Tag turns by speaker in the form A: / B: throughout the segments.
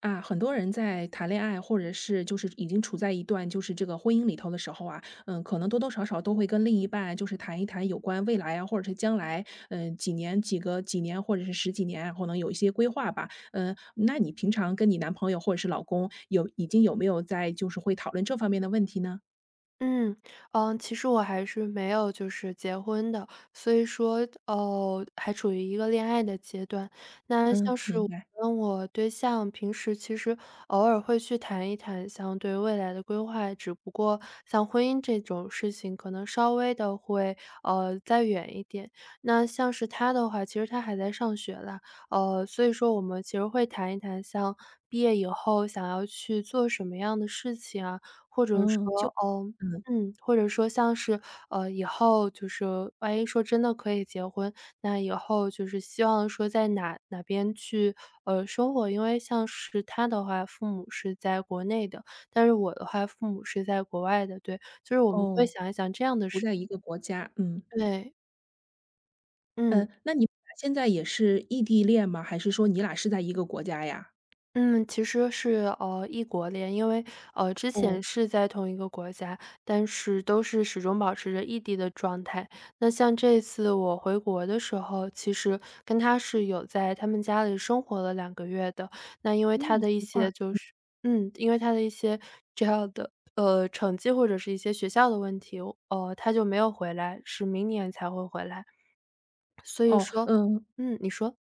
A: 啊，很多人在谈恋爱，或者是就是已经处在一段就是这个婚姻里头的时候啊，可能多多少少都会跟另一半就是谈一谈有关未来啊，或者是将来，几年、几年，或者是十几年啊，可能有一些规划吧。嗯，那你平常跟你男朋友或者是老公有已经有没有在就是会讨论这方面的问题呢？
B: 嗯，嗯，其实我还是没有就是结婚的，所以说，哦，还处于一个恋爱的阶段。那像
A: 嗯，
B: 是
A: 明
B: 我
A: 白。
B: 跟我对象平时其实偶尔会去谈一谈，像对未来的规划，只不过像婚姻这种事情，可能稍微的会再远一点。那像是他的话，其实他还在上学啦，所以说我们其实会谈一谈，像毕业以后想要去做什么样的事情啊，或者
A: 嗯，就
B: 说，
A: 嗯，
B: 或者说像是，以后就是万一说真的可以结婚，那以后就是希望说在哪边去，生活。因为像是他的话，父母是在国内的，但是我的话，父母是在国外的，对，就是我们会
A: 哦，
B: 想一想这样的
A: 不
B: 事
A: 在一个国家，嗯
B: 对，嗯。
A: 嗯，那你们俩现在也是异地恋吗？还是说你俩是在一个国家呀？
B: 嗯，其实是，异国恋。因为，之
A: 哦。
B: 前是在同一个国家，但是都是始终保持着异地的状态。那像这次我回国的时候，其实跟他是有在他们家里生活了两个月的。那
A: 嗯，一块儿。
B: 因为他的一些这样的，成绩或者是一些学校的问题，他就没有回来，是明年才会回来。所以
A: 哦，
B: 说
A: 嗯，
B: 嗯，你说。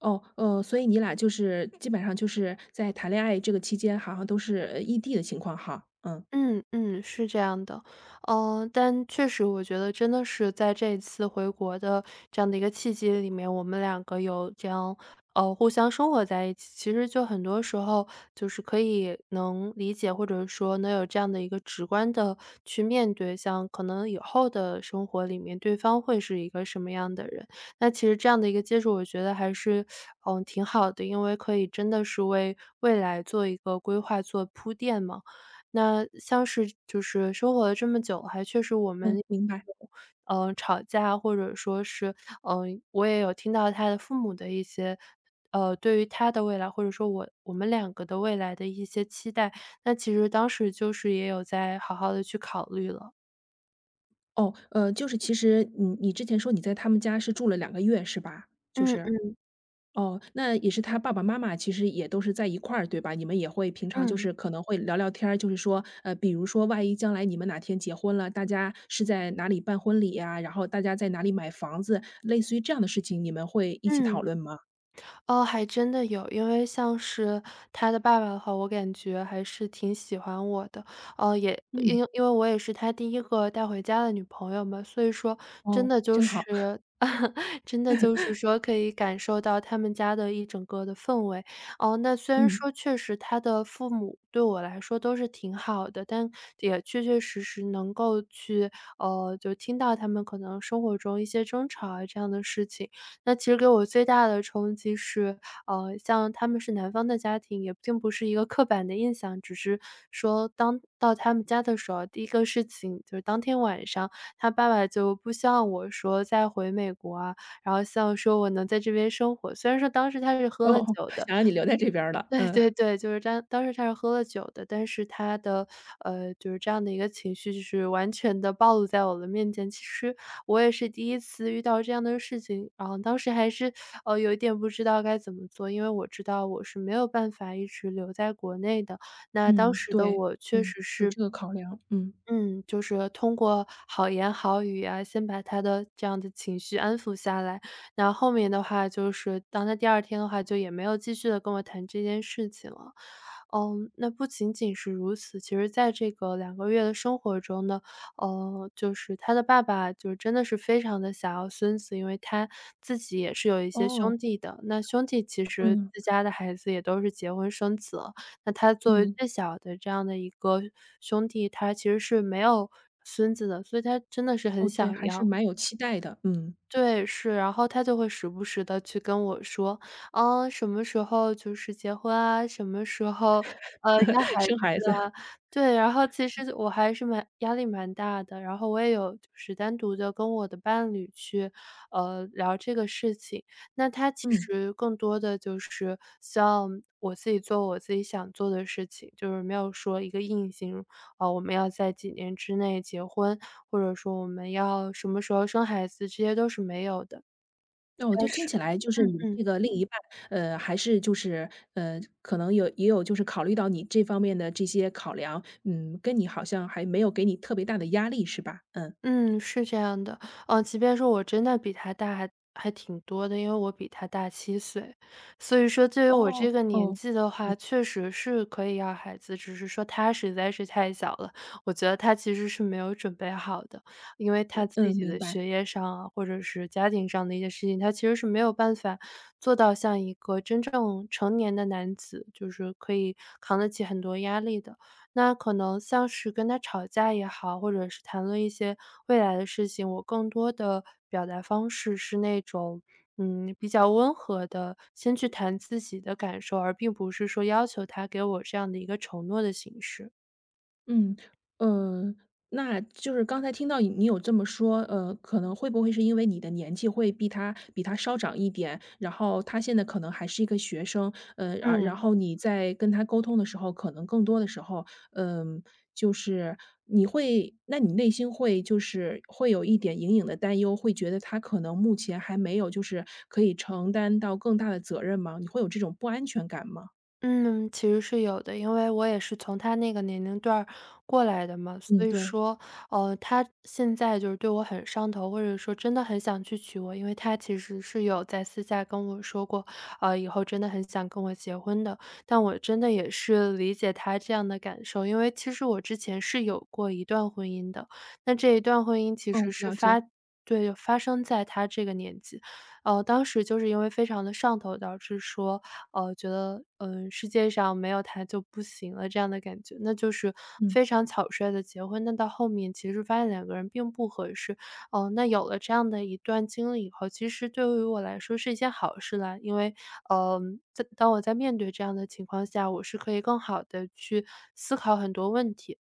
A: 哦，所以你俩就是基本上就是在谈恋爱这个期间，好像都是异地的情况哈。嗯
B: 嗯嗯，是这样的。但确实我觉得真的是在这一次回国的这样的一个契机里面，我们两个有这样，互相生活在一起，其实就很多时候就是可以能理解，或者说能有这样的一个直观的去面对，像可能以后的生活里面，对方会是一个什么样的人。那其实这样的一个接触，我觉得还是，挺好的，因为可以真的是为未来做一个规划、做铺垫嘛。那像是就是生活了这么久，还确实我们
A: 嗯，
B: 有，
A: 明白。
B: 吵架，或者说是，我也有听到他的父母的一些，对于他的未来，或者说我们两个的未来的一些期待，那其实当时就是也有在好好的去考虑了。
A: 哦，就是其实你之前说你在他们家是住了两个月是吧？就
B: 嗯
A: 是，
B: 嗯，
A: 哦，那也是他爸爸妈妈其实也都是在一块儿对吧？你们也会平常就
B: 嗯，
A: 是可能会聊聊天儿，就是说，比如说万一将来你们哪天结婚了，大家是在哪里办婚礼呀、然后大家在哪里买房子，类似于这样的事情，你们会一起讨
B: 嗯。
A: 论吗？
B: 哦，还真的有。因为像是他的爸爸的话，我感觉还是挺喜欢我的。也因
A: 嗯，
B: 因为我也是他第一个带回家的女朋友嘛，所以说真
A: 哦，
B: 的就
A: 真好，
B: 是 真的就是说可以感受到他们家的一整个的氛围。哦，那虽然
A: 嗯，
B: 说确实他的父母对我来说都是挺好的，但也确确实实能够去，就听到他们可能生活中一些争吵啊这样的事情。那其实给我最大的冲击是，像他们是南方的家庭，也并不是一个刻板的印象，只是说当到他们家的时候，第一个事情就是当天晚上，他爸爸就不希望我说再回美国啊，然后希望说我能在这边生活。虽然说当时他是喝
A: 哦，
B: 了酒 的，
A: 想让你留在这边儿了，
B: 对
A: 嗯，
B: 对 对，就是当时他是喝了酒的，但是他的，就是这样的一个情绪，就是完全的暴露在我的面前。其实我也是第一次遇到这样的事情，然后当时还是，有一点不知道该怎么做，因为我知道我是没有办法一直留在国内的。那当
A: 嗯，
B: 时的
A: 对，
B: 我确
A: 嗯，
B: 实
A: 有
B: 是
A: 这个考量，嗯，
B: 嗯，就是通过好言好语啊，先把他的这样的情绪安抚下来。那后面的话就是当他第二天的话，就也没有继续的跟我谈这件事情了。嗯，那不仅仅是如此，其实在这个两个月的生活中呢，就是他的爸爸就真的是非常的想要孙子，因为他自己也是有一些
A: 哦，
B: 兄弟的，那兄弟其实
A: 嗯，
B: 自家的孩子也都是结婚生子了，那他作为
A: 嗯，
B: 最小的这样的一个兄弟，他其实是没有孙子的，所以他真的是
A: 哦，
B: 很
A: 对，
B: 想
A: 还是
B: 要。
A: 蛮有期待的，嗯，
B: 对，是，然后他就会时不时的去跟我说，什么时候就是结婚啊，什么时候，要 孩
A: 生孩
B: 子
A: 子，
B: 啊，对，然后其实我还是蛮压力蛮大的，然后我也有就是单独的跟我的伴侣去，聊这个事情。那他其
A: 嗯，
B: 实更多的就是希望我自己做我自己想做的事情，就是没有说一个硬性我们要在几年之内结婚，或者说我们要什么时候生孩子，这些都是没有的。
A: 那我
B: 但
A: 就听
B: 是
A: 起来就是你
B: 嗯。
A: 这个另一半，还是就是，可能也有就是考虑到你这方面的这些考量，嗯，跟你好像还没有给你特别大的压力是吧？嗯，
B: 嗯，是这样的。即便说我真的比他大还挺多的，因为我比他大7岁。所以说对于我
A: 哦，
B: 这个年
A: 哦，
B: 纪的话，确实是可以要孩子，只是说他实在是太小了，我觉得他其实是没有准备好的。因为
A: 呃
B: 他自
A: 嗯，
B: 己
A: 明
B: 的
A: 白。
B: 学业上啊，或者是家庭上的一些事情，他其实是没有办法做到像一个真正成年的男子，就是可以扛得起很多压力的。那可能像是跟他吵架也好，或者是谈论一些未来的事情，我更多的表达方式是那种，比较温和的，先去谈自己的感受，而并不是说要求他给我这样的一个承诺的形式。
A: 嗯，呃，那就是刚才听到你有这么说，可能会不会是因为你的年纪会比他稍长一点，然后他现在可能还是一个学生，呃，然然
B: 嗯。
A: 后你在跟他沟通的时候，可能更多的时候，嗯、就是你会，那你内心会就是会有一点隐隐的担忧，会觉得他可能目前还没有就是可以承担到更大的责任吗？你会有这种不安全感吗？
B: 嗯，其实是有的，因为我也是从他那个年龄段儿过来的嘛，所
A: 嗯，
B: 以
A: 对，
B: 说，他现在就是对我很上头，或者说真的很想去娶我，因为他其实是有在私下跟我说过，以后真的很想跟我结婚的。但我真的也是理解他这样的感受，因为其实我之前是有过一段婚姻的，那这一段婚姻其实
A: 哦，
B: 是
A: 了解，
B: 对，发生在他这个年纪，当时就是因为非常的上头，导致说，觉得，世界上没有他就不行了这样的感觉，那就是
A: 嗯。
B: 非常草率的结婚。那到后面其实发现两个人并不合适，哦，那有了这样的一段经历以后，其实对于我来说是一件好事啦。因为，呃，在当我在面对这样的情况下，我是可以更好的去思考很多问题，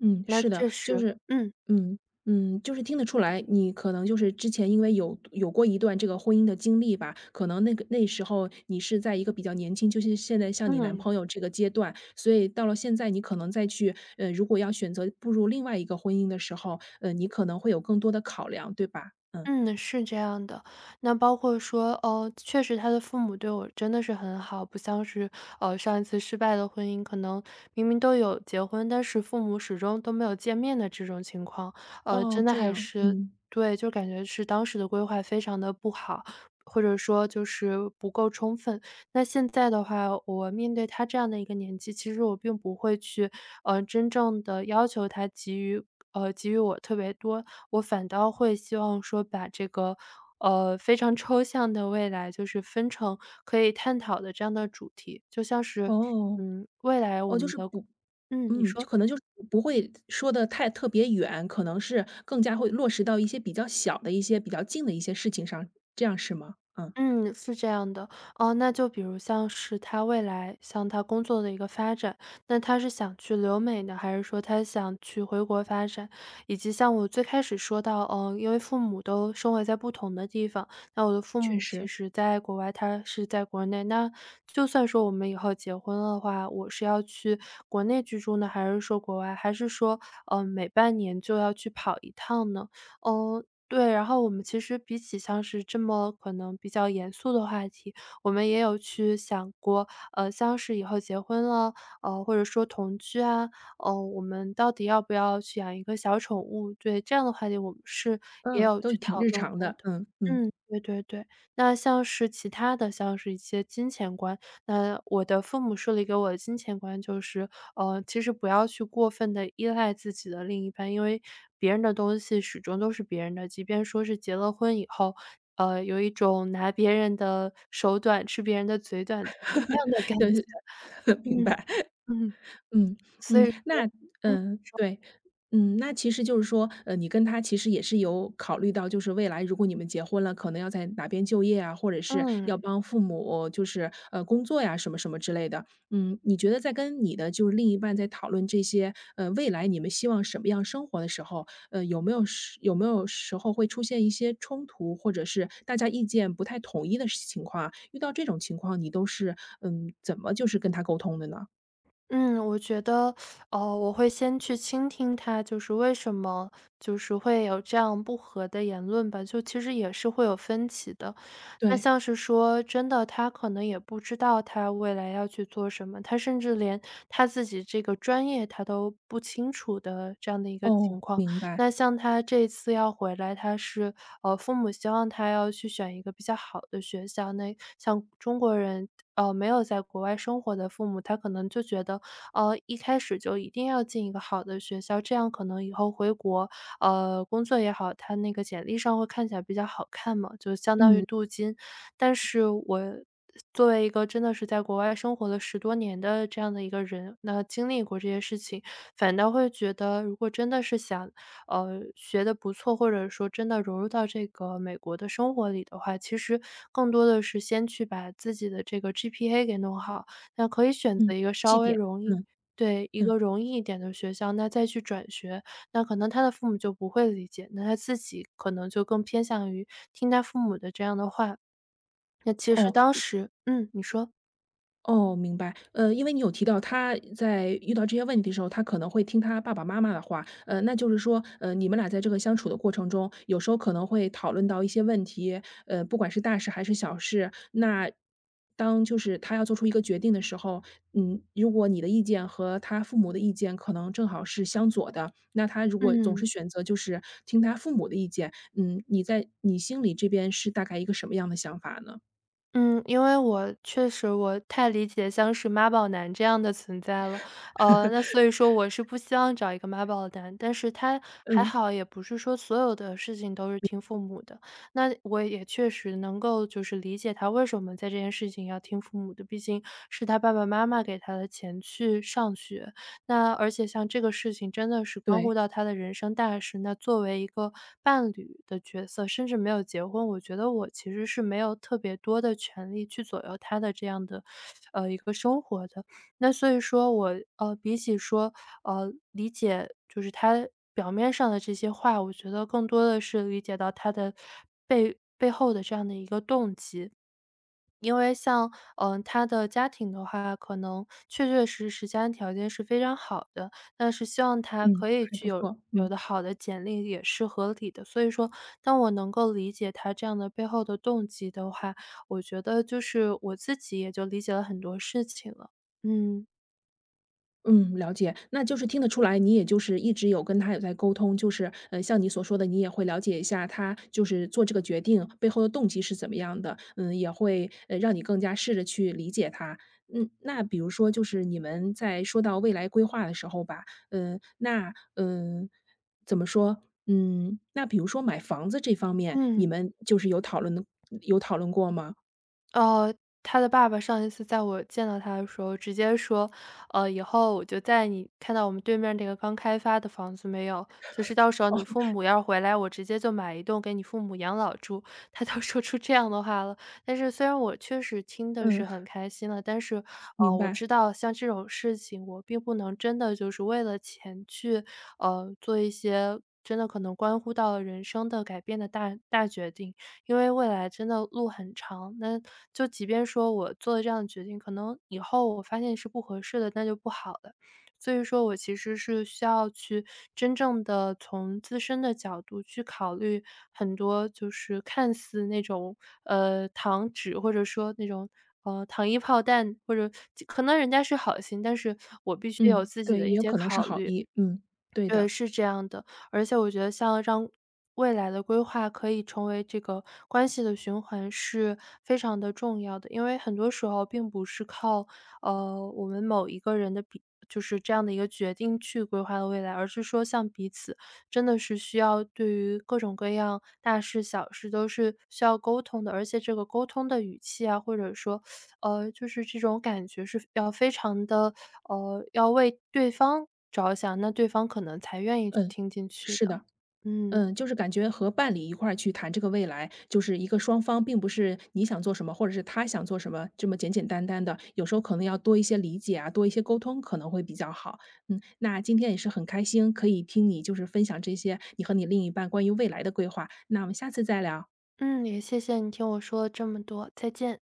A: 嗯，
B: 那
A: 是的，
B: 确
A: 就
B: 实
A: 是
B: 嗯，
A: 嗯，嗯，就是听得出来，你可能就是之前因为有过一段这个婚姻的经历吧，可能那个那时候你是在一个比较年轻，就是现在像你男
B: 嗯。
A: 朋友这个阶段，所以到了现在你可能再去，如果要选择步入另外一个婚姻的时候，你可能会有更多的考量，对吧？嗯，
B: 嗯，是这样的。那包括说，哦，确实他的父母对我真的是很好，不像是，上一次失败的婚姻，可能明明都有结婚，但是父母始终都没有见面的这种情况。
A: 哦，
B: 真的
A: 这
B: 还
A: 样，
B: 是
A: 嗯，
B: 对，就感觉是当时的规划非常的不好，或者说就是不够充分。那现在的话，我面对他这样的一个年纪，其实我并不会去，真正的要求他给予给予我特别多，我反倒会希望说把这个，非常抽象的未来，就是分成可以探讨的这样的主题。就像是，
A: 哦，
B: 未来我
A: 哦，就
B: 们
A: 是
B: 的
A: 不
B: 嗯，你
A: 嗯，就
B: 说。
A: 可能就是不会说的太特别远，可能是更加会落实到一些比较小的一些比较近的一些事情上，这样是吗？嗯，
B: 嗯，是这样的。哦，那就比如像是他未来像他工作的一个发展，那他是想去留美呢，还是说他想去回国发展？以及像我最开始说到，因为父母都生活在不同的地方，那我的父
A: 确
B: 母其
A: 实，
B: 实在国外，他是在国内，那就算说我们以后结婚的话，我是要去国内居住呢，还是说国外，还是说，每半年就要去跑一趟呢？嗯，对，然后我们其实比起像是这么可能比较严肃的话题，我们也有去想过，像是以后结婚了，或者说同居啊，我们到底要不要去养一个小宠物？对，这样的话题我们是也
A: 嗯，
B: 有
A: 都
B: 去
A: 挺
B: 讨
A: 日
B: 论
A: 常
B: 过
A: 的，
B: 的。
A: 嗯嗯，
B: 嗯，对对对。那像是其他的，像是一些金钱观，那我的父母树立给我的金钱观就是，其实不要去过分的依赖自己的另一半，因为别人的东西始终都是别人的，即便说是结了婚以后，有一种拿别人的手短，吃别人的嘴短，那样的 感觉。
A: 是 明
B: 嗯
A: 白。
B: 嗯，
A: 嗯，
B: 所
A: 嗯，
B: 以
A: 那嗯，
B: 嗯
A: 呃对，嗯，那其实就是说，你跟他其实也是有考虑到，就是未来如果你们结婚了，可能要在哪边就业啊，或者是要
B: 嗯。
A: 帮父母就是工作呀，什么什么之类的。嗯，你觉得在跟你的就是另一半在讨论这些未来你们希望什么样生活的时候，有没有时候会出现一些冲突，或者是大家意见不太统一的情况啊遇到这种情况，你都是嗯怎么就是跟他沟通的呢？
B: 嗯，我觉得，我会先去倾听他，就是为什么就是会有这样不和的言论吧，就其实也是会有分歧的。那
A: 对。
B: 像是说真的，他可能也不知道他未来要去做什么，他甚至连他自己这个专业他都不清楚的这样的一个情
A: 哦，
B: 况。
A: 明白，
B: 那像他这次要回来，他是父母希望他要去选一个比较好的学校，那像中国人。没有在国外生活的父母，他可能就觉得一开始就一定要进一个好的学校，这样可能以后回国，工作也好，他那个简历上会看起来比较好看嘛，就相当于
A: 嗯，
B: 镀金。但是我作为一个真的是在国外生活了十多年的这样的一个人，那经历过这些事情，反倒会觉得如果真的是想，学的不错，或者说真的融入到这个美国的生活里的话，其实更多的是先去把自己的这个 GPA 给弄好，那可以选
A: 嗯，
B: 择一个
A: 绩
B: 稍微
A: 点，
B: 容易
A: 嗯，
B: 对，一
A: 嗯，
B: 个容易一点的学校，那再去转学，那可能他的父母就不会理解，那他自己可能就更偏向于听他父母的这样的话。那其实
A: 哦，
B: 当时你说，
A: 哦，明白。因为你有提到他在遇到这些问题的时候，他可能会听他爸爸妈妈的话，那就是说，你们俩在这个相处的过程中，有时候可能会讨论到一些问题，不管是大事还是小事，那当就是他要做出一个决定的时候，嗯，如果你的意见和他父母的意见可能正好是相左的，那他如果总是
B: 嗯。
A: 选择就是听他父母的意见，嗯，你在你心里这边是大概一个什么样的想法呢？
B: 嗯，因为我确实我太理解像是妈宝男这样的存在了，那所以说我是不希望找一个妈宝男，但是他还
A: 嗯，
B: 好，也不是说所有的事情都是听父母的，那我也确实能够就是理解他为什么在这件事情要听父母的，毕竟是他爸爸妈妈给他的钱去上学，那而且像这个事情真的是关
A: 对，
B: 乎到他的人生大事，那作为一个伴侣的角色，甚至没有结婚，我觉得我其实是没有特别多的权利去左右他的这样的，一个生活的。那所以说我比起说，理解就是他表面上的这些话，我觉得更多的是理解到他的背后的这样的一个动机。因为像，他的家庭的话，可能确确实实家庭条件是非常好的，但是希望他
A: 嗯，
B: 可以
A: 还
B: 去
A: 不
B: 有
A: 错，嗯。
B: 好的简历也是合理的。所以说，当我能够理解他这样的背后的动机的话，我觉得就是我自己也就理解了很多事情了。嗯
A: 嗯，了解。那就是听得出来，你也就是一直有跟他有在沟通，就是，像你所说的，你也会了解一下他就是做这个决定背后的动机是怎么样的，嗯，也会，让你更加试着去理解他。嗯，那比如说就是你们在说到未来规划的时候吧，嗯，那，嗯，怎么说？嗯，那比如说买房子这方面，你
B: 嗯。
A: 们就是有讨论过吗？
B: 哦，他的爸爸上一次在我见到他的时候，直接说："以后我就在你看到我们对面那个刚开发的房子没有，就是到时候
A: 哦，
B: 你父母要是回来，我直接就买一栋给你父母养老住。他都说出这样的话了。但是虽然我确实听的
A: 嗯，
B: 是很开心了，但是，
A: 明
B: 我
A: 白。
B: 知道像这种事情，我并不能真的就是为了钱去，做一些真的可能关乎到人生的改变的大决定。因为未来真的路很长，那就即便说我做了这样的决定，可能以后我发现是不合适的，那就不好了。所以说我其实是需要去真正的从自身的角度去考虑很多就是看似那种，糖纸或者说那种，糖衣炮弹，或者可能人家是好心，但是我必须有
A: 嗯，
B: 自己
A: 对，
B: 的一
A: 也有
B: 些
A: 可能是
B: 考
A: 好
B: 虑。
A: 意，嗯，对
B: 对，
A: 的。
B: 是这样的。而且我觉得像让未来的规划可以成为这个关系的循环是非常的重要的。因为很多时候并不是靠，我们某一个人的比就是这样的一个决定去规划的未来，而是说像彼此真的是需要对于各种各样大事小事都是需要沟通的，而且这个沟通的语气啊，或者说就是这种感觉是要非常的，要为对方着想，那对方可能才愿意去
A: 嗯，
B: 听进去
A: 是的，
B: 的。嗯，
A: 嗯，就是感觉和伴侣一块儿去谈这个未来，就是一个双方并不是你想做什么，或者是他想做什么这么简简单单的，有时候可能要多一些理解啊，多一些沟通可能会比较好。嗯，那今天也是很开心可以听你就是分享这些你和你另一半关于未来的规划，那我们下次再聊。
B: 嗯，也谢谢你听我说了这么多，再见。